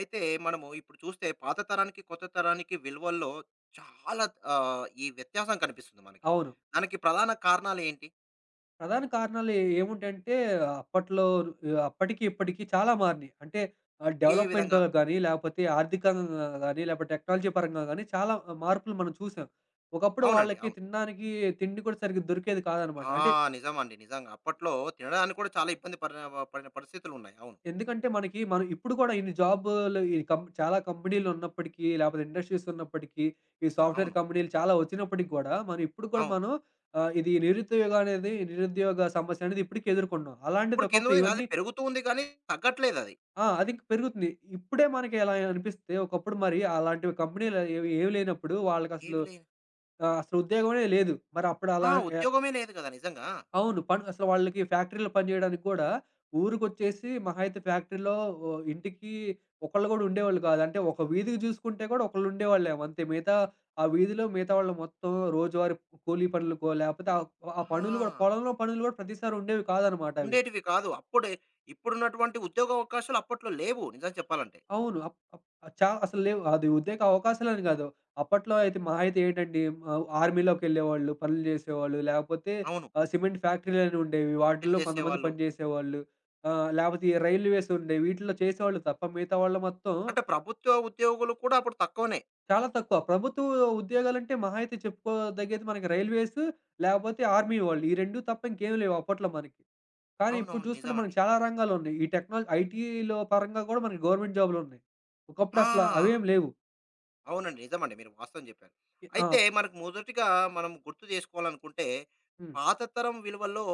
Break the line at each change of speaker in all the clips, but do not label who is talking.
అయితే మనము ఇప్పుడు చూస్తే పాత తరానికి, కొత్త తరానికి విలువల్లో చాలా ఈ వ్యత్యాసం కనిపిస్తుంది మనకి.
అవును.
దానికి ప్రధాన కారణాలేంటి?
ప్రధాన కారణాలు ఏముంటాయంటే అప్పట్లో అప్పటికి ఇప్పటికి చాలా మారినియి. అంటే
ఏ
డెవలప్‌మెంట్
విధంగా?
గాని, లేపోతే ఆర్థికంగా గాని, లేపోతే టెక్నాలజీ పరంగా గాని చాలా మార్పులు మనం చూసాం. ఒకప్పుడు
అవునండి.
వాళ్ళకి
అవును.
తినడానికి తిండి కూడా సరిగ్గా దొరికేది కాదనమాట.
ఆ!
అంటే
నిజమండి. నిజంగా. అప్పట్లో తినడానికి కూడా చాలా ఇబ్బంది పడిన పరిస్థితులున్నాయి. అవును.
ఎందుకంటే మనకి మనం ఇప్పుడు కూడా ఇన్ని జాబులు ఈ కం చాలా కంపెనీలు ఉన్నప్పటికీ, లేపోతే ఇండస్ట్రీస్ ఉన్నప్పటికీ, ఈ సాఫ్ట్‌వేర్
అవును.
కంపెనీలు చాలా వచ్చినప్పటికి గూడా, మనం ఇప్పుడు కూడా
అవును.
మనం ఇది నిరుద్యోగం అనేది నిరుద్యోగ సమస్య అనేది ఇప్పటికి ఎదుర్కొన్నాం. అలాంటిది
ఇప్పటికేందో
ఒకప్పుడు
అది
ఇవన్నీ
పెరుగుతూ ఉంది కానీ తగ్గట్లేదది.
ఆ! అది పెరుగుతుంది. ఇప్పుడే మనకి అలా అనిపిస్తే ఒకప్పుడు మరి అలాంటివి కంపెనీలు ఏవి ఏవి లేనప్పుడు వాళ్ళకసలు
ఏవి లే
అసలు ఉద్యోగమే లేదు. మరి అప్పుడు అలా
ఆ!
ఆహ్,
ఉద్యోగమే లేదు కదా! నిజంగా.
అవును. పని అసలు వాళ్ళకి ఫ్యాక్టరీలో పని చేయడానికి కూడా ఊరికొచ్చేసి మహా అయితే ఫ్యాక్టరీలో ఇంటికి ఒకళ్ళు కూడా ఉండేవాళ్ళు కాదు. అంటే ఒక వీధికి చూసుకుంటే కూడా ఒకళ్ళు ఉండేవాళ్ళేమో అంతే. మిగతా ఆ వీధిలో మిగతా వాళ్ళు మొత్తం రోజువారీ కూలీ పనులకో లేకపోతే ఆ ఆ పనులు కూడా
ఆ!
పొలంలో పనులు కూడా ప్రతిసారి ఉండేవి కాదనమాట అవి.
ఉండేటివి కాదు. అప్పుడే ఇప్పుడున్నటువంటి ఉద్యోగ అవకాశాలు అప్పట్లో లేవు నిజం చెప్పాలంటే.
అవును. అప్ అప్ చా అసలు లేవు. అది ఉద్యోగ అవకాశాలని గాదు. అప్పట్లో అయితే మహా అయితే ఏంటండి ఆర్మీలోకెళ్ళేవాళ్ళు, పనులు జేసేవాళ్ళు. లేకపోతే
అవును.
సిమెంట్ ఫ్యాక్టరీలని ఉండేవి.
పని
వాటిల్లో కొంతమంది
చేసేవాళ్ళు.
పని జేసేవాళ్ళు. లేపోతే ఈ రైల్వేస్ ఉండేవి. వీటిల్లో చేసేవాళ్ళు తప్ప మిగతా వాళ్ళు మొత్తం
అంటే ప్రభుత్వ ఉద్యోగులు కూడా అప్పుడు తక్కువనే.
చాలా తక్కువ. ప్రభుత్వ ఉద్యోగాలంటే మహా అయితే చెప్పుకోదగ్గేది మనకి రైల్వేస్, లేకపోతే ఆర్మీ వాళ్ళు. ఈ 2 తప్ప ఇంకేం లేవు అప్పట్లో మనకి. కానీ ఇప్పుడు
అవునవును.
చూసుకుంటే
నిజమండి.
మనకు చాలా రంగాలున్నాయి. ఈ టెక్నాలజీ ఐటీలో పరంగా గూడా మనకి గవర్నమెంట్ జాబులున్నాయి. ఒకప్పుడు అసల
ఆ!
అవేం లేవు.
అవునండి. నిజమండి. మీరు వాస్తవం చెప్పారు.
ఎ ఆ!
అయితే మనకు మొదటిగా మనం గుర్తు చేసుకోవాలనుకుంటే,
హ్మ్.
పాత తరం విలువల్లో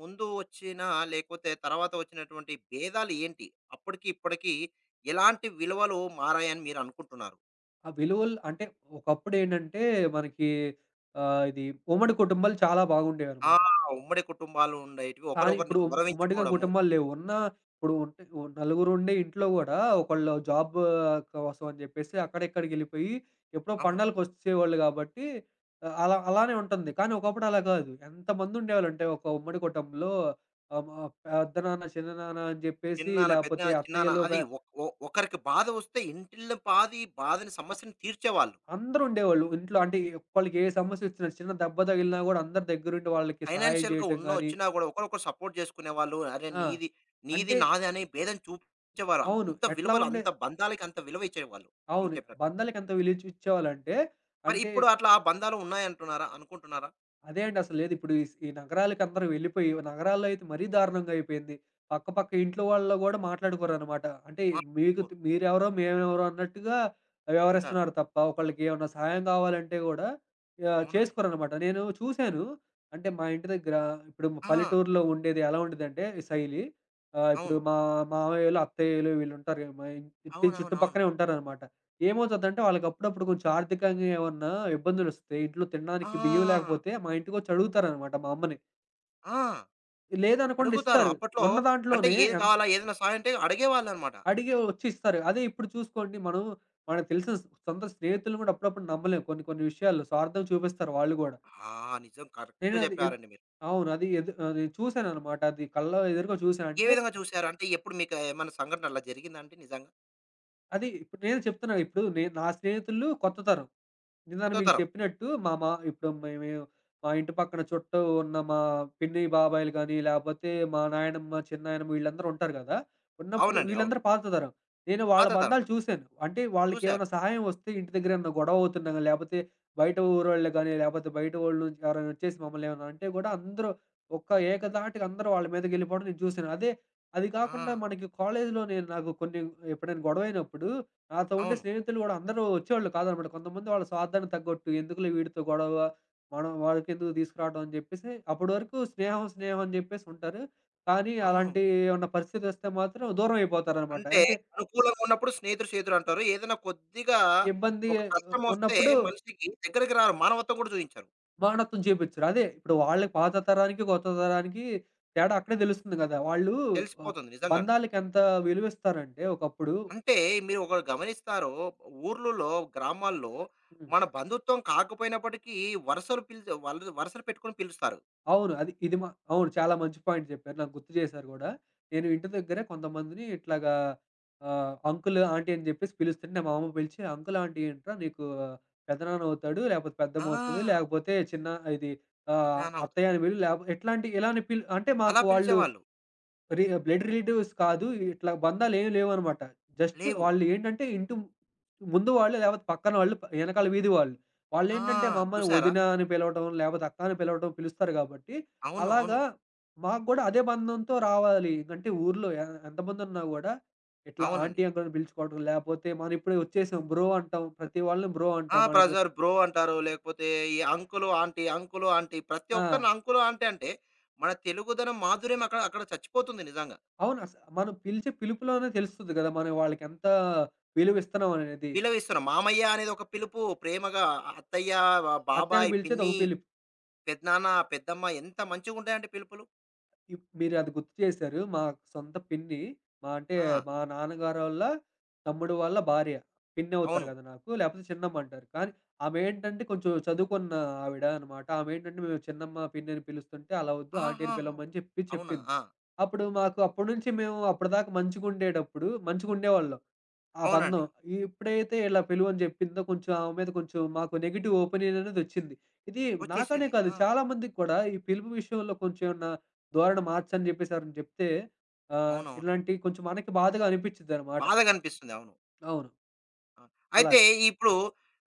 ముందు వచ్చిన లేకపోతే తర్వాత వచ్చినటువంటి భేదాలు ఏంటి? అప్పటికి, ఇప్పటికి ఎలాంటి విలువలు మారాయని మీరు అనుకుంటున్నారు?
ఆ విలువలు అంటే ఒకప్పుడేంటంటే మనకి ఇది ఉమ్మడి కుటుంబాలు చాలా
ఆ!
బాగుండేవనమాట.
ఉమ్మడి కుటుంబాలు ఉండేటివి.
కానీ
ఒకరొకరిని
ఇప్పుడు ఉమ్మడిగా
గౌరవించుకోవడము.
కుటుంబాలు లేవు. ఉన్న ఇప్పుడు ఉంటే ఓ నలుగురుండే ఇంట్లో గూడా ఒకళ్ళు జాబ్ కోసం అని జెప్పేసి అక్కడిక్కడికెళ్ళిపోయి ఎప్పుడో
అవును.
పండగలకొచ్చేవాళ్ళు గాబట్టి అలా అలానే ఉంటుంది. కానీ ఒకప్పుడు అలా గాదు. ఎంతమందుండేవాళ్ళంటే ఒక ఉమ్మడి కుటుంబంలో మా పెద్దనాన్న, చిన్ననాన్న అని జెప్పేసి
చిన్నాన్న,
లేపోతే
పెద్దనాన్న, చిన్నాన్న
అత్తయ్యలు పె
అది
అ
ఒక్ ఒ ఒకరికి బాధ వస్తే ఇంటిల్లి పాది బాధని సమస్యని తీర్చేవాళ్ళు.
అందరూ ఉండేవాళ్ళు. ఇంట్లో అంటే ఒక్కళ్ళకి ఏ సమస్యొచ్చినా, చిన్న దెబ్బ తగిలినా గూడా అందరు దగ్గరుండి వాళ్ళకి సహాయం
ఫైనాన్షియల్‌గా
జేయటం
ఉన్న
గానీ
వచ్చినా గూడా ఒకరొకరు సపోర్ట్ జేసుకునేవాళ్ళు. అరే!
ఆ!
నీది,
అంటే
నీది నాది అనే భేదం చూపించేవారు.
అవును.
అంత
ఎట్లా
విలువలు
ఉండే
అంత బంధాలకి అంత విలువ ఇచ్చేవాళ్ళు మీరు
అవును.
చెప్పినట్టు.
బంధాలకెంత విలువిచ్చేవాళ్ళంటే
మరి
అంటే
ఇప్పుడు అట్లా బంధాలు ఉన్నాయంటున్నారా? అనుకుంటున్నారా?
అదే అండి. అసలు లేదు. ఇప్పుడు ఈ నగరాలకి అందరూ వెళ్ళిపోయి, నగరాల్లో అయితే మరీ దారుణంగా అయిపోయింది. పక్క పక్క ఇంట్లో వాళ్ళు గూడా మాట్లాడుకోరనమాట. అంటే
మా
మీకు తి మీరెవరో, మేమెవరో అన్నట్టుగా
ఉంటారు.
వ్యవహరిస్తున్నారు తప్ప, ఒకళ్ళకి ఏమన్నా సహాయం కావాలంటే గూడా
అవునండి.
చేసుకోరనమాట. నేను చూసాను. అంటే మా ఇంటి దగ్గర ఇప్పుడు మా
ఆ!
పల్లెటూరులో ఉండేది ఎలా ఉండేదంటే ఈ శైలి. ఇప్పుడు
అవును.
మా మామయ్యోళ్ళు, అత్తయ్యలు వీళ్ళుంటారు. మా ఇంటి
అవునవునవును.
చుట్టుపక్కనే ఉంటారనమాట. ఏమవుతదంటే వాళ్ళకప్పుడప్పుడు కొంచెం ఆర్థికంగా ఏమన్నా ఇబ్బందులొస్తే, ఇంట్లో తినడానికి బియ్యం
ఆ!
లేకపోతే మా ఇంటికొచ్చి అడుగుతారనమాట మా అమ్మని.
ఆ!
లేదనుకోండి
అడుగుతారు.
ఇస్తారు.
అప్పట్లో
ఉన్న
అంటే
దాంట్లోనే
ఏది
ఎంత
కావాలా? ఏదైనా సహాయం అంటే అడిగేవాళ్ళనమాట.
అడిగి వచ్చి ఇస్తారు. అదే ఇప్పుడు చూసుకోండి మనం మనకు తెలిసిన స్ సొంత స్నేహితులను గూడా అప్పుడప్పుడు నమ్మలేం. కొన్ని కొన్ని విషయాల్లో స్వార్థం చూపిస్తారు వాళ్ళు గూడా.
ఆ! నిజం కరెక్ట్
నేనది ఎద్
జెప్పారండి మీరు.
అవును. అది ఎదు అది చూసాననమాట. అది కళ్ళ ఎదురుగా చూసా.
ఏ
అంటే
విధంగా చూసారు? అంటే ఎప్పుడు మీకు ఏమన్నా సంఘటన అలా జరిగిందా అండి నిజంగా?
అది ఇప్పుడు నేను చెప్తున్నా. ఇప్పుడు నేను నా స్నేహితులు కొత్త తరం. ఇందాక
కొత్త
మీకు
తరం.
చెప్పినట్టు మా మా ఇప్పుడు మేమే మా ఇంటి పక్కన చుట్టూ ఉన్న మా పిన్ని బాబాయిలు గానీ, లేపోతే మా నాయనమ్మ, చిన్నాయనమ్మ వీళ్ళందరూ ఉంటారు గదా! ఉన్నప్పుడు
అవునండి. అవును.
వీళ్ళందరూ పాత తరం. నేను వాళ్ళ
పాత తరం.
బంధాలు చూసాను. అంటే
చూసారు.
వాళ్ళకేమైనా సహాయం వస్తే ఇంటి దగ్గర ఏమన్నా గొడవ అవుతున్నా గానీ, లేపోతే బయట ఊరోళ్ళు గానీ, లేపోతే బయట వోళ్ళు నుంచి ఎవరైనా వచ్చేసి మమ్మల్ని ఏమన్నా అంటే గూడా అందరూ ఒక్క ఏకధాటిగా అందరూ వాళ్ళ మీదకెళ్ళిపోవడం నేను చూసాను. అదే అది కాకుండా
ఆ!
మనకి కాలేజ్‌లో నేను నాకు కొన్ని ఎప్పుడైనా గొడవైనప్పుడు, నాతో ఉండే
అవును.
స్నేహితులు గూడా అందరూ వచ్చేవాళ్ళు కాదనమాట. కొంతమంది వాళ్ళ స్వార్థానికి తగ్గొట్టు ఎందుకులే వీడితో గొడవ, మనం వాడికెందుకు తీసుకురావడం అని జెప్పేసి అప్పటి వరకు స్నేహం, స్నేహం అని జెప్పేసి ఉంటారు. కానీ
అవును.
అలాంటి ఏమన్నా పరిస్థితొస్తే మాత్రం దూరం అయిపోతారనమాట.
అంటే
అంటే
అనుకూలంగా ఉన్నప్పుడు స్నేహితుడు చేదురు అంటారు. ఏదైనా కొద్దిగా
ఇబ్బంది
ఒక
ఆ,
కష్టమొస్తే
ఉన్నప్పుడు
మనిషికి దగ్గరికి రారు. మానవత్వం కూడా చూయించరు.
మానవత్వం చూపిచ్చరు. అదే ఇప్పుడు వాళ్ళకి పాత తరానికి, కొత్త తరానికి తేడా అక్కడే తెలుస్తుంది గదా! వాళ్ళు ఆహ్,
తెలిసిపోతుంది నిజంగా అండి.
బంధాలకెంత విలువిస్తారంటే ఒకప్పుడు
అంటే మీరు ఒకటి గమనిస్తారో ఊర్లలో, గ్రామాల్లో
హ్మ్.
మన బంధుత్వం కాకపోయినప్పటికీ వరుసలు పిలిచే వాళ్ళు వరుసలు పెట్టుకొని పిలుస్తారు.
అవును. అది ఇది మా అవును. చాలా మంచి పాయింట్ చెప్పారు. నాకు గుర్తు చేశారు గూడా. నేను ఇంటి దగ్గరే కొంతమందిని ఇట్లాగా అంకుల్, ఆంటీ అని జెప్పేసి పిలుస్తుంటే మా అమ్మ పిలిచి, "అంకుల్, ఆంటీ ఏంట్రా నీకు పెద్దనాన్న అవుతాడు, లేకపోతే పెద్దమ్మ అవుతది,
ఆ!
లేకపోతే చిన్న ఇది
ఇన్నానవుతుంది.
అత్తయ్య అని పిలు లేకపోతే" ఇట్లాంటి ఇలానే పిలు అంటే
అలా
మాకు వాళ్ళు
పిలిచేవాళ్ళు.
రి బ్లడ్ రిలేటివ్స్ కాదు. ఇట్లా బంధాలేమి లేవనమాట. జస్ట్
లేవు.
వాళ్ళేంటంటే ఇంటి ముందు వాళ్ళు లేకపోతే పక్కన వాళ్ళు, ఎనకాల వీధి వాళ్ళు.
ఆ!
వాళ్ళేంటంటే మా అమ్మని
చూసారా?
వదిన అని పిలవటం, లేకపోతే అక్క అని పిలవటం పిలుస్తారు కాబట్టి,
అవును. అవును.
అలాగా మాకు గూడా అదే బంధంతో రావాలి. అంటే ఊర్లో ఎ ఎంతమందున్నా గూడా ఇట్లా ఆంటీ,
అవునండి.
అంకుల్ అని పిలుచుకోవడం, లేపోతే మనమిప్పుడే వచ్చేసాం బ్రో అంటాం. ప్రతి వాళ్ళని బ్రో
ఆ!
అంటాం. మనకు
బ్రదర్, బ్రో అంటారు. లేకపోతే ఈ అంకులు, ఆంటీ, అంకులు, ఆంటీ ప్రతి
ఆ!
ఒక్కరిని అంకులు, ఆంటీ అంటే మన తెలుగుదనం మాధుర్యం అక్కడ అక్కడ చచ్చిపోతుంది నిజంగా.
అవును. అస మనం పిలిచే పిలుపులోనే తెలుస్తది గదా! మనం వాళ్ళకెంత విలువిస్తున్నామనేది.
విలవిస్తున్నాం. మామయ్య అనేది ఒక పిలుపు ప్రేమగా అత్తయ్య,
అత్త అని
బాబాయ్,
పిలిచేది
పిన్ని,
ఒక పిలుపు.
పెదనాన్న, పెద్దమ్మ ఎంత మంచిగుంటాయంటే పిలుపులు.
ఇప్ మీరది గుర్తు చేశారు. మా సొంత పిన్ని, మా అంటే
ఆ!
మా నాన్నగారోళ్ళ తమ్ముడు వాళ్ళ భార్య. పిన్నవుతారు
అవును.
గదా నాకు. లేపోతే చిన్నమ్మంటారు. కానీ ఆమేంటంటే కొంచెం చదువుకున్న ఆవిడ అనమాట. ఆమేంటంటే మేము చిన్నమ్మ, పిన్ని అని పిలుస్తుంటే అలా వద్దు ఆంటీ అని
ఆహాహా!
పిలవమని చెప్పి
అవునా!
చెప్పింది.
ఆ!
అప్పుడు మాకు అప్పటి నుంచి మేము అప్పటిదాకా మంచిగుండేటప్పుడు మంచిగుండేవాళ్ళం. ఆ బంధం.
అవునండి.
ఈ- ఎప్పుడైతే ఇలా పిలువని జెప్పిందో కొంచెం ఆమె మీద కొంచెం మాకు నెగెటివ్ ఒపీనియన్ అనేదొచ్చింది. ఇది నాకనే
వచ్చేసింది.
కాదు
ఆ!
చాలా మందికి కూడా ఈ పిలుపు విషయంలో కొంచెం ఏమన్నా ధోరణి మార్చని జెప్పేసి ఎవరైనా జెప్తే
అవునవును.
ఇలాంటివి కొంచెం మనకి బాధగా అనిపిచ్చిద్దనమాట.
బాధగనిపిస్తుంది. అవును.
అవును.
ఆ! అయితే
అలాగ.
ఇప్పుడు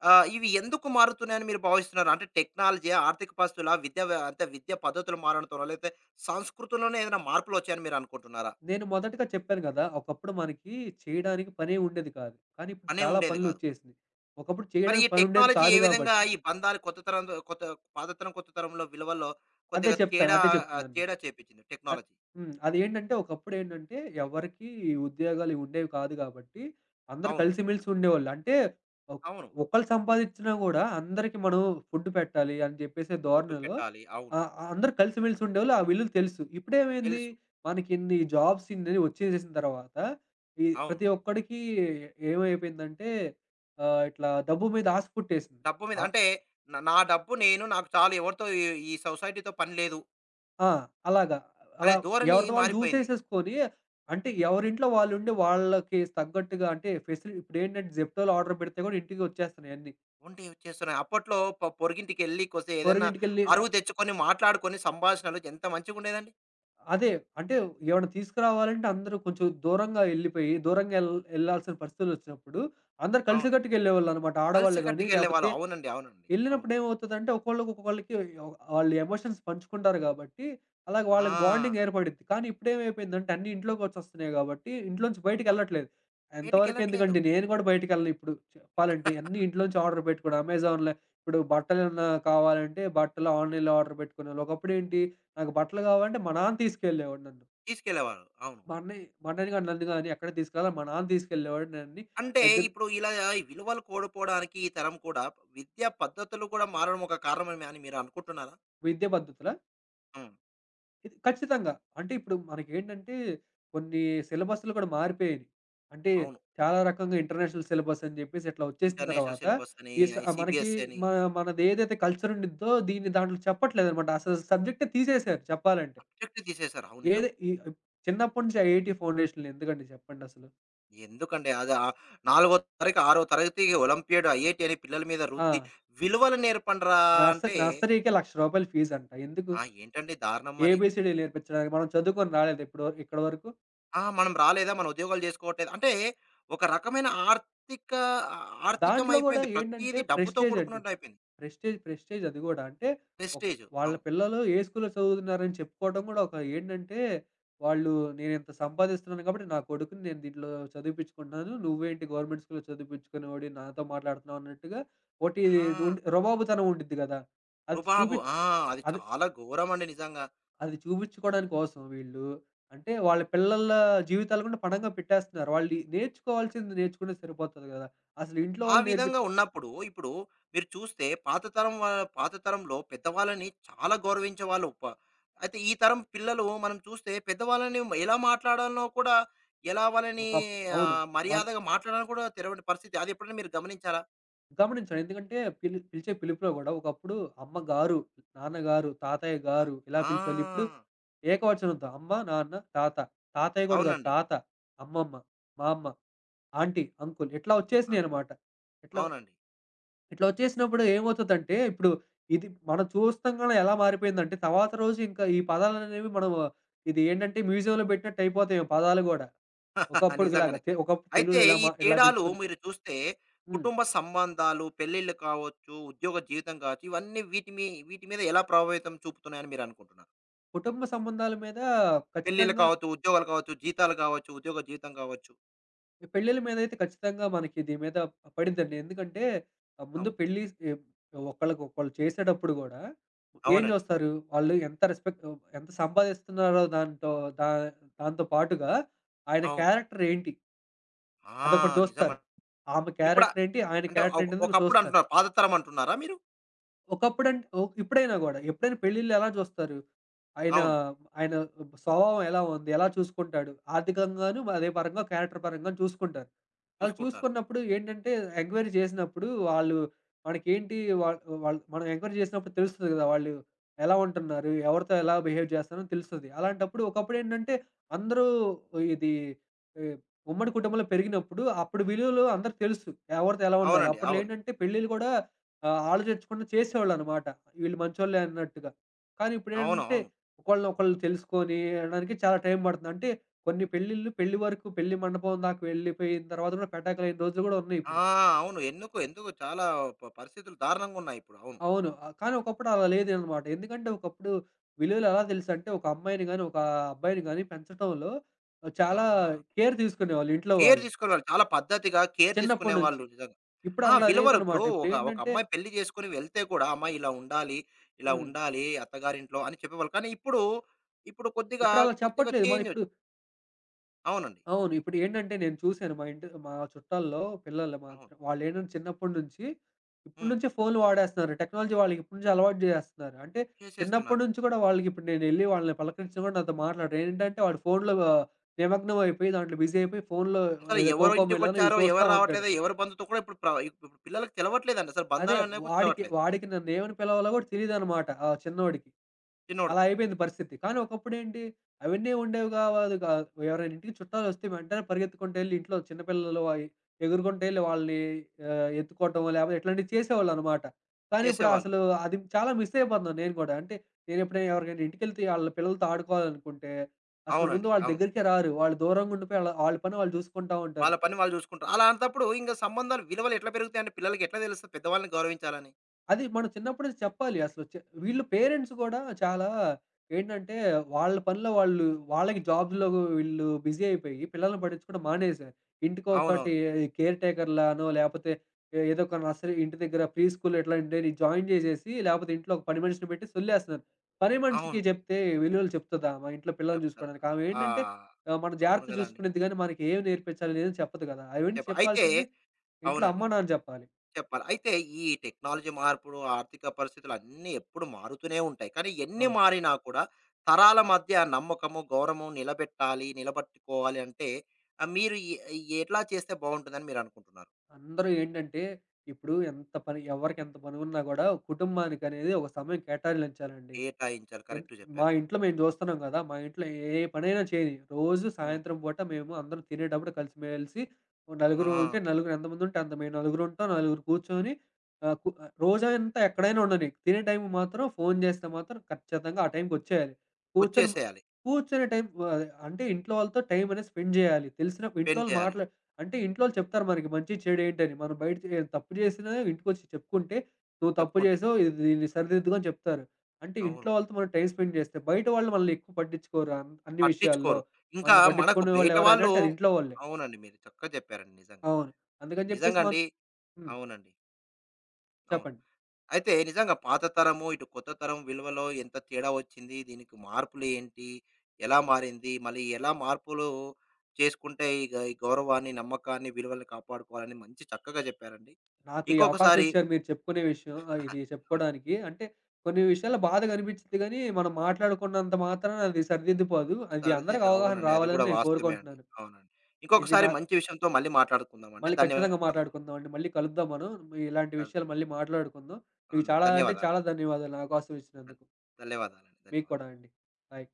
ఇవి ఎందుకు మారుతున్నాయని మీరు భావిస్తున్నారు? అంటే టెక్నాలజీ, ఆర్థిక పరిస్థితులా, విద్య వ్య అంటే విద్య పద్ధతులు మారడంతోనా? లేకపోతే సంస్కృతిలోనే ఏదైనా మార్పులొచ్చాయని మీరనుకుంటున్నారా?
నేను మొదటగా చెప్పాను గదా! ఒకప్పుడు మనకి చేయడానికి పనేం ఉండేది కాదు. కానీ ఇప్పుడు
అనే
చాలా
ఉండేది కాదు.
పనులొచ్చేసినియి. ఒకప్పుడు
మరి ఈ
చేయడానికి పనుండేది
టెక్నాలజీ ఏ
కాదు
విధంగా
గాబట్టి
ఈ బంధాలు కొత్త తరంతో కొత్త పాత తరం, కొత్త తరంలో విలువల్లో
అదే
కొద్దిగా
చెప్తాను.
తేడా
అదే చెప్తున్నాను మీకు.
తేడా చేపిచ్చింది
అద్
టెక్నాలజీ.
హ్మ్. అదేంటంటే ఒకప్పుడేంటంటే ఎవరికీ ఉద్యోగాలు ఉండేవి కాదు కాబట్టి అందరూ
అవును.
కలిసిమెలిసి ఉండేవాళ్ళు. అంటే ఒక్
అవును.
ఒకళ్ళు సంపాదిచ్చినా గూడా అందరికి మనం ఫుడ్ పెట్టాలి అని జెప్పేసే
ఫుడ్
ధోరణిలో
పెట్టాలి. అవును.
ఆహ్, అందరూ కలిసిమెలిసి ఉండేవాళ్ళు. ఆ విలువలు తెలుసు. ఇప్పుడేమైంది
తెలుసు.
మనకిన్ని జాబ్స్ ఇన్ని వచ్చేసేసిన తర్వాత ఈ
అవును.
ప్రతి ఒక్కడికి ఏమైపోయిందంటే ఇట్లా డబ్బు మీద ఆశ పుట్టేసింది.
డబ్బు మీద
ఆ
అంటే నా డబ్బు నేను నాకు చాలు ఎవరితో ఈ ఈ సొసైటీతో పని లేదు
ఆ! అలాగా.
అనే
అలా
ధోరణి
ఎవరిది వాళ్ళు
మారిపోయింది.
చూసేసేసుకొని అంటే ఎవరింట్లో వాళ్ళుండి వాళ్ళకి తగ్గట్టుగా అంటే ఫెసిలి ఇప్పుడేంటంటే జెప్టోలో ఆర్డర్ పెడితే గూడా ఇంటికి వచ్చేస్తున్నాయి అన్నీ.
వంటివి చేస్తున్నాయి. అప్పట్లో పొరుగింటికెళ్ళి కొద్దిసేపు ఏదన్నా
పొరుగింటికెళ్ళి ల
అరువు తెచ్చుకొని, మాట్లాడుకొని సంభాషణలు ఎంత మంచిగుండేదండి.
అదే అంటే ఏవన్నా తీసుకురావాలంటే అందరూ కొంచెం దూరంగా ఎళ్ళిపోయి దూరంగా ఎల్ ఎళ్ళాల్సిన పరిస్థితులొచ్చినప్పుడు అందరూ
అవును.
కలిసికట్టుగా ఎళ్ళేవాళ్ళనమాట. ఆడవాళ్ళు గాని
కలిసికట్టుగెళ్ళేవాళ్ళు.
లేపోతే
అవునండి. అవునండి. అవును.
ఎళ్ళినప్పుడు ఏమవుతదంటే ఒక్కోళ్ళకి ఒక్కోళ్ళకి ఒ వాళ్ళు ఎమోషన్స్ పంచుకుంటారు గాబట్టి, అలాగే
ఆ!
వాళ్ళకి బాండింగ్ ఏర్పడిద్ది. కానీ ఇప్పుడేమైపోయిందంటే అన్నీ ఇంట్లోకొచ్చేస్తున్నాయి గాబట్టి, ఇంట్లోంచి
ఆ!
బయటికెళ్ళట్లేదు. ఎంతవరకు
బయటికెళ్ళట్లేదు.
ఎందుకండి నేను గూడా బయటికెళ్ళను ఇప్పుడు చెప్పాలంటే. అన్నీ ఇంట్లోంచి ఆర్డర్ పెట్టుకోవడం. అమెజాన్‌లో ఇప్పుడు బట్టలేమన్నా కావాలంటే బట్టలు ఆన్‌లైన్‌లో ఆర్డర్ పెట్టుకునేవాళ్ళు. ఒకప్పుడేంటి నాకు బట్టలు కావాలంటే మా నాన్న తీసుకెళ్ళేవాడు నన్ను.
తీసుకెళ్ళేవారు. అవును.
మా అన్నయ్యని గాని, నన్ను గాని ఎక్కడికి తీసుకెళ్ళాలి మా నాన్న తీసుకెళ్ళేవాడు నన్ని
అంటే
దగ్గర
ఇప్పుడు ఇలా ఈ విలువలు కోల్పోవడానికి ఈ తరం కూడా విద్యా పద్ధతులు కూడా మారడం ఒక కారణమే అని మీరు అనుకుంటున్నారా?
విద్యా పద్ధతిలో.
హ్మ్.
ఇది ఖచ్చితంగా. అంటే ఇప్పుడు మనకేంటంటే కొన్ని సిలబస్‌లు కూడా మారిపోయినియి. అంటే
అవును.
చాలా రకంగా ఇంటర్నేషనల్ సిలబస్ అని జెప్పేసి ఇట్లా వచ్చేసిన
ఇంటర్నేషనల్
తర్వాత
సిలబస్ అని,
ఈ స
ఐ
మనకి
సీబీఎస్‌సి అని
మ మనది ఏదైతే కల్చర్ ఉండిద్దో దీన్ని దాంట్లో చెప్పట్లేదనమాట. అసలు సబ్జెక్టే తీసేసారు చెప్పాలంటే.
సబ్జెక్ట్ తీసేశారు. అవును నిజం.
ఏది ఈ చిన్నప్పటి నుంచి ఐఐటీ ఫౌండేషన్‌లు ఎందుకండి చెప్పండసలు.
ఎందుకండి అది నాలుగో తరగతి, ఆరో తరగతి ఒలింపియాడ్, ఐఐటీ అని పిల్లల మీద
ఆ!
రుద్ది విలువలు నేర్పండిరా
నర్స
అంటే,
నర్సరీకే ₹1,00,000 ఫీజంట. ఎందుకు?
ఆ! ఏంటండి దారుణం మరి.
ఏబీసీడీలు నేర్పించడానికి. మనం చదువుకొని రాలేదు ఇప్పడు ఇక్కడి వరకు.
ఆ! మనం రాలేదా? మన ఉద్యోగాలు చేసుకోవట్లేదు. అంటే ఒక రకమైన ఆర్థిక ఆర్థికం
దాంట్లో గూడా
అయిపోయింది.
ఏంటంటే
ప్రతీది డబ్బుతో
ప్రెస్టేజ్ అండి.
కూడుకున్నట్టు అయిపోయింది.
ప్రెస్టీజ్, ప్రెస్టీజ్ అది గూడా. అంటే ఒక
ప్రెస్టీజ్
వాళ్ళ
అవును.
పిల్లలు ఏ స్కూల్‌లో చదువుతున్నారని చెప్పుకోవడం గూడా ఒక ఏంటంటే, వాళ్ళు నేనింత సంపాదిస్తున్నాను కాబట్టి నా కొడుకుని నేను దీంట్లో చదివిపిచ్చుకుంటున్నాను. నువ్వేంటి గవర్నమెంట్ స్కూల్‌లో చదివిపిచ్చుకునేవాడివి నాతో మాట్లాడుతున్నావు అన్నట్టుగా ఒకటి ఇది
ఆ!
ఉండి రుబాబుతనం ఉండిద్ది గదా! అది
రుబాబు.
చూపి
ఆ! అది
అది
చాలా ఘోరమండి నిజంగా.
అది చూపిచ్చుకోవడానికి కోసం వీళ్ళు అంటే వాళ్ళ పిల్లల జీవితాలు కూడా పణంగా పెట్టేస్తున్నారు. వాళ్ళు నేర్చుకోవాల్సింది నేర్చుకుంటే సరిపోతది గదా! అసలు ఇంట్లో
ఆ
వాళ్ళు
విధంగా
నేర్పించ
ఉన్నప్పుడు, ఇప్పుడు మీరు చూస్తే పాత తరంలో పెద్దవాళ్ళని చాలా గౌరవించేవాళ్ళు. ప అయితే ఈ తరం పిల్లలు మనం చూస్తే పెద్దవాళ్ళని ఎలా మాట్లాడాలో కూడా, ఎలా వాళ్ళని
ఒకప్ అవును. మన
మర్యాదగా మాట్లాడాలని కూడా తెలవని పరిస్థితి. అది ఎప్పుడైనా మీరు గమనించారా?
గమనించాను. ఎందుకంటే పిలి పిలిచే పిలుపులో గూడా ఒకప్పుడు అమ్మ గారు, నాన్న గారు, తాతయ్య
ఆ!
గారు ఇలా
ఆ!
పిలిచేవాళ్ళు. ఇప్పుడు ఏకవచనంతో అమ్మ, నాన్న, తాత. తాతయ్య గూడా గాదు
అవునండి.
తాత, అమ్మమ్మ, మామ్మ, ఆంటీ, అంకుల్ ఇట్లా
అంకుల్.
వచ్చేసినాయనమాట. ఇట్లా
అవునండి.
ఇట్లా వచ్చేసినప్పుడు ఏమవుతదంటే ఇప్పుడు ఇది మనం చూస్తంగానే ఎలా మారిపోయిందంటే తర్వాత రోజు ఇంకా ఈ పదాలనేవి మనం ఇది ఏంటంటే మ్యూజియంలో పెట్టినట్టు అయిపోతాయి పదాలు గూడా. ఒకప్పుడుకిలాగా.
నిజంగానే.
తె ఒకప్పుడు
అయితే
తెలుగులో ఇలా
ఈ
మా ఇలా
తేడాలు
పిలుచుకుని
మీరు చూస్తే
హ్మ్.
కుటుంబ సంబంధాలు, పెళ్ళిళ్ళు కావచ్చు, ఉద్యోగ జీవితం కావచ్చు, ఇవన్నీ వీటి మీద ఎలా ప్రభావితం చూపుతున్నాయని మీరు అనుకుంటున్నారు?
కుటుంబ సంబంధాల మీద
పెళ్ళిళ్ళు
ఖచ్చితంగా
కావచ్చు, ఉద్యోగాలు కావచ్చు, జీతాలు కావచ్చు, ఉద్యోగ జీతం కావచ్చు.
పెళ్ళిళ్ళ మీదైతే ఖచ్చితంగా మనకి దీని మీద పడిందండి. ఎందుకంటే ముందు
అవును.
పెళ్లి ఎ ఒకళ్ళకొకళ్ళు చేసేటప్పుడు గూడా ఏం
అవునండి.
జూస్తారు, వాళ్ళు ఎంత రెస్పెక్ట్ ఎంత సంపాదిస్తున్నారో దాంతో దా దాంతో పాటుగా ఆయన
అవును.
క్యారెక్టర్ ఏంటి
ఆ!
అదొకటి జూస్తారు.
నిజమండి.
ఆమె
ఇప్పుడా
క్యారెక్టర్ ఏంటి, ఆయన
అంటే
క్యారెక్టర్ ఏంటి అనేది
ఒకప్పుడు
చూస్తారు.
అంటున్నారు. పాత తరం అంటున్నారా మీరు?
ఒకప్పుడంటే ఓహ్! ఇప్పుడైనా గూడా. ఎప్పుడైనా పెళ్ళిళ్ళు ఎలా జూస్తారు? ఆయన,
అవును.
ఆయన స్వభావం ఎలా ఉంది? ఎలా చూసుకుంటాడు? ఆర్థికంగాను, అదే పరంగా క్యారెక్టర్ పరంగాను చూసుకుంటారు. అలా
చూసుకుంటారు.
చూసుకున్నప్పుడు ఏంటంటే, ఎంక్వైరీ చేసినప్పుడు వాళ్ళు మనకేంటి వాళ్ వాళ్ళు మనం ఎంక్వైరీ చేసినప్పుడు తెలుస్తది గదా! వాళ్ళు ఎలా ఉంటున్నారు? ఎవరితో ఎలా బిహేవ్ చేస్తారని తెలుస్తది. అలాంటప్పుడు ఒకప్పుడేంటంటే, అందరూ ఇది ఆహ్, ఉమ్మడి కుటుంబంలో పెరిగినప్పుడు అప్పుడు విలువలు అందరికి తెలుసు. ఎవరితో ఎలా ఉండాలో.
అవునండి.
అప్పట్లో
అవును.
ఏంటంటే పెళ్ళిళ్ళు గూడా ఆలోచించకుండా చేసేవాళ్ళనమాట. వీళ్ళు మంచోళ్ళే అన్నట్టుగా. కానీ
అవును.
ఇప్పుడేంటంటే
అవును.
ఒకళ్ళని ఒకళ్ళు తెలుసుకొని అనడానికి చాలా టైం పడుతుంది. అంటే కొన్ని పెళ్ళిళ్ళు పెళ్లి వరకు పెళ్లి మండపం దాకా వెళ్ళిపోయిన తర్వాత కూడా పెటాకులైన రోజులు కూడా ఉన్నాయి ఇప్పుడు.
ఆ! అవును. ఎందుకు, ఎందుకు చాలా పరిస్థితులు దారుణంగా ఉన్నాయి ఇప్పుడు. అవును.
అవును. కానీ ఒకప్పుడు అలా లేదనమాట. ఎందుకంటే ఒకప్పుడు విలువలు ఎలా తెలుసంటే ఒక అమ్మాయిని గాని, ఒక అబ్బాయిని గాని పెంచటంలో
ఆ!
చాలా కేర్ తీసుకునేవాళ్ళు ఇంట్లో
కేర్
వాళ్ళు
తీసుకునేవాళ్ళు చాలా పద్ధతిగా కేర్
చిన్నప్పటి నుంచి.
తీసుకునేవాళ్ళు నిజంగా.
ఇప్పుడు
ఆ!
అలా
విలువలు ఇప్పుడు
లేదనమాట.
ఒక ఒక
ఇప్పుడేంటంటే
అమ్మాయి పెళ్లి చేసుకొని వెళ్తే కూడా అమ్మాయి ఇలా ఉండాలి, ఇలా
హ్మ్.
ఉండాలి అత్తగారింట్లో అని చెప్పేవాళ్ళు. కానీ ఇప్పుడు, ఇప్పుడు కొద్దిగా,
ఇప్పుడు అలా
కొద్దిగా
చెప్పట్లేదు. మన
చేంజ్.
ఇప్పుడు
అవునండి.
అవును. ఇప్పుడు ఏంటంటే నేను చూసాను మా ఇంటి మా చుట్టాల్లో పిల్లలు
అవును.
మాత్రం వాళ్ళేంటంటే చిన్నప్పటి నుంచి ఇప్పటి
హ్మ్.
నుంచే ఫోన్‌లు వాడేస్తున్నారు. టెక్నాలజీ వాళ్ళకి ఇప్పటి నుంచే అలవాటు చేసేస్తున్నారు. అంటే చిన్నప్పటి
చేసేస్తున్నారు.
నుంచి కూడా వాళ్ళకి ఇప్పుడు నేనెళ్ళి వాళ్ళని పలకరించినా కూడా నాతో మాట్లాడరు. ఏంటంటే వాడు ఫోన్‌లో నిమగ్నం అయిపోయి దాంట్లో బిజీ అయిపోయి ఫోన్‌లో
అసలు
ఏదో
ఎవరు
కోకోమెలానో ఇవి
ఇంటికొచ్చారో,
చూస్తా
ఎవరు
ఉంటాడు.
రావట్లేదో, ఎవరి బంధుతో కూడా ఇప్పుడు ఇప్పుడు పిల్లలకి తెలవట్లేదండి. అసలు
అదే.
బంధాలనేవి కూడా
వాడికి,
తెలవట్లేదు.
వాడికి నన్నేమని పిలవాలో గూడా తెలీదనమాట. ఆ చిన్నోడికి. అలా
చిన్నోడికి
అయిపోయింది పరిస్థితి. కానీ ఒకప్పుడేంటి అవన్నీ ఉండేవి గాదు గా ఎవరైనా ఇంటికి చుట్టాలొస్తే వెంటనే పరిగెత్తుకుంటెళ్ళి ఇంట్లో చిన్న పిల్లలు అయి ఎగురుకుంటెళ్ళి వాళ్ళని ఎత్తుకోవటం లేపోతే ఇట్లాంటివి చేసేవాళ్ళనమాట. కానీ ఇప్పుడు
చేసేవాళ్ళు.
అసలు అది చాలా మిస్ అయిపోతున్నాను నేను గూడా. అంటే నేనెప్పుడైనా ఎవరికైనా ఇంటికెళ్తే ఆళ్ళ పిల్లలతో ఆడుకోవాలనుకుంటే అసలు ముందు
అవునండి.
వాళ్ళ
అవును.
దగ్గరికే రారు. వాళ్ళు దూరంగా ఉండిపోయి ఆళ్ళ ఆళ్ళ పని వాళ్ళు చూసుకుంటా ఉంటారు.
వాళ్ళ పని వాళ్ళు చూసుకుంటారు. అలాంటప్పుడు ఇంక సంబంధాలు విలువలు ఎట్లా పెరుగుతాయండి? పిల్లలకి ఎట్లా తెలుస్తది పెద్దవాళ్ళని గౌరవించాలని?
అది మనం చిన్నప్పుడే చెప్పాలి అసలు చె వీళ్ళు పేరెంట్స్ గూడా చాలా ఏంటంటే, వాళ్ళ పనిలో వాళ్ళు వాళ్ళకి జాబ్స్‌లో వీళ్ళు బిజీ అయిపోయి, పిల్లల్ని పట్టించుకోవడం మానేశారు. ఇంటికొకటి
అవునవును.
కేర్ టేకర్‌లానో, లేపోతే ఏదో ఒక నర్సరీ ఇంటి దగ్గర ప్రీ స్కూల్ ఇట్లాంటివి జాయిన్ జేసేసి, లేపోతే ఇంట్లో ఒక పని మనిషిని పెట్టి సొల్లేస్తున్నారు. పని మనిషికి
అవును.
జెప్తే విలువలు చెప్తదా మా ఇంట్లో పిల్లల్ని
చెప్తారు.
జూసుకోవడానికి? ఆమె
ఆ!
ఏంటంటే మన
అవును
జాగ్రత్త
గదండీ!
జూసుకునేది గానీ, మనకి ఏం నేర్పించాలి అనేది చెప్పదు గదా! అవన్నీ
అయితే
చెప్పాల్సింది ఇంట్లో అమ్మ,
అవునండి.
నాన్న జెప్పాలి.
చెప్పాలి. అయితే ఈ టెక్నాలజీ మార్పులు, ఆర్థిక పరిస్థితులు అన్నీ ఎప్పుడు మారుతూనే ఉంటాయి. కానీ ఎన్ని
అవును.
మారినా కూడా తరాల మధ్య నమ్మకము, గౌరవం నిలబెట్టాలి, నిలబట్టుకోవాలి అంటే మీరు ఎ ఎ- ఎట్లా చేస్తే బావుంటుందని మీరనుకుంటున్నారు?
అందరూ ఏంటంటే, ఇప్పుడు ఎంత పని ఎవరికెంత పనున్నా గూడా కుటుంబానికనేది ఒక సమయం కేటాయించాలండి.
కేటాయించాలి.
ఎన్
కరెక్ట్
మా
చెప్పారు మీరు.
ఇంట్లో మేము చూస్తున్నాం కదా! మా ఇంట్లో ఏ పనైనా చేయని. రోజు
హ్మ్.
సాయంత్రం పూట మేము అందరం తినేటప్పుడు కలిసిమెలిసి ఓ నలుగురు ఉంటే
ఆ!
నలుగురు ఎంతమంది ఉంటే అంత మేము నలుగురుంటాం. నలుగురు కూర్చొని రోజంతా ఎక్కడైనా ఉండని. తినే టైం మాత్రం ఫోను చేస్తే మాత్రం ఖచ్చితంగా ఆ టైంకొచ్చేయాలి. కూర్చొని
వచ్చేసేయాలి.
కూర్చునే టైం అంటే ఇంట్లో వాళ్ళతో టైం అనేది స్పెండ్ చేయాలి. తెలిసిన ఇంట్లో
స్పెండ్
వాళ్ళు
చేయాలి.
మాట్లా అంటే ఇంట్లో వాళ్ళు చెప్తారు మనకి మంచి చెడు ఏంటని. మనం బయట చే తప్పు చేసినా ఇంటికొచ్చి చెప్పుకుంటే, "నువ్వు తప్పు
చెప్పుకుంటే.
చేసావు. ఇది దీన్ని సరిదిద్దుకో" అని చెప్తారు. అంటే
అవును.
ఇంట్లో వాళ్ళతో మనం టైమ్ స్పెండ్ చేస్తే, బయట వాళ్ళు మనల్ని ఎక్కువ పట్టించుకోరు అన్ని విషయాల్లో.
పట్టించుకోరు. ఇంకా
మనల్ని
మనకు
పట్టించుకునే వాళ్ళు
బయట
ఎవరైనా
వాళ్ళు
అంటే అది ఇంట్లో వాళ్ళే.
అవునండి. మీరు చక్కగా చెప్పారండి నిజంగా.
అవును. అందుకని చెప్పేసి
నిజంగా
మన్
అండి.
హ్మ్.
అవునండి. అవును.
చెప్పండి.
అయితే నిజంగా పాత తరము, ఇటు కొత్త తరం విలువలో ఎంత తేడా వచ్చింది? దీనికి మార్పులేంటి? ఎలా మారింది? మళ్ళీ ఎలా మార్పులు చేసుకుంటే ఈ ఈ గౌరవాన్ని, నమ్మకాన్ని, విలువల్ని కాపాడుకోవాలని మంచి చక్కగా చెప్పారండి.
నాకు ఈ అవకాశం
ఇంకొకసారి
ఇచ్చారు మీరు చెప్పుకునే విషయం ఇది
అవును.
చెప్పుకోడానికి అంటే కొన్ని విషయాల్లో బాధగా అనిపించిద్ది గానీ, మనం మాట్లాడుకున్నంత మాత్రాన అది సరిదిద్దుపోదు. అది అందరికి
సరిదిద్దు
అవగాహన
అవునండి. అది
రావాలని
కూడా
నేను
వాస్తవమే అండి.
కోరుకుంటున్నాను.
అవునండి.
ఇది
ఇంకొకసారి
నా
మంచి విషయంతో మళ్ళీ మాట్లాడుకుందామండి.
మళ్ళీ ఖచ్చితంగా
ధన్యవాదాలు.
మాట్లాడుకుందామండి. మళ్ళీ కలుద్దాం మనం. మీ ఇలాంటి విషయాలు
వెల్కమ్.
మళ్ళీ మాట్లాడుకుందాం. మీకు
అవును.
చాలా అంటే
ధన్యవాదాలండి.
చాలా ధన్యవాదాలు నా అవకాశం
ధన్
ఇచ్చినందుకు.
ధన్యవాదాలండి.
మీకు
ధన్యవాదాలు.
కూడా అండి. బాయ్.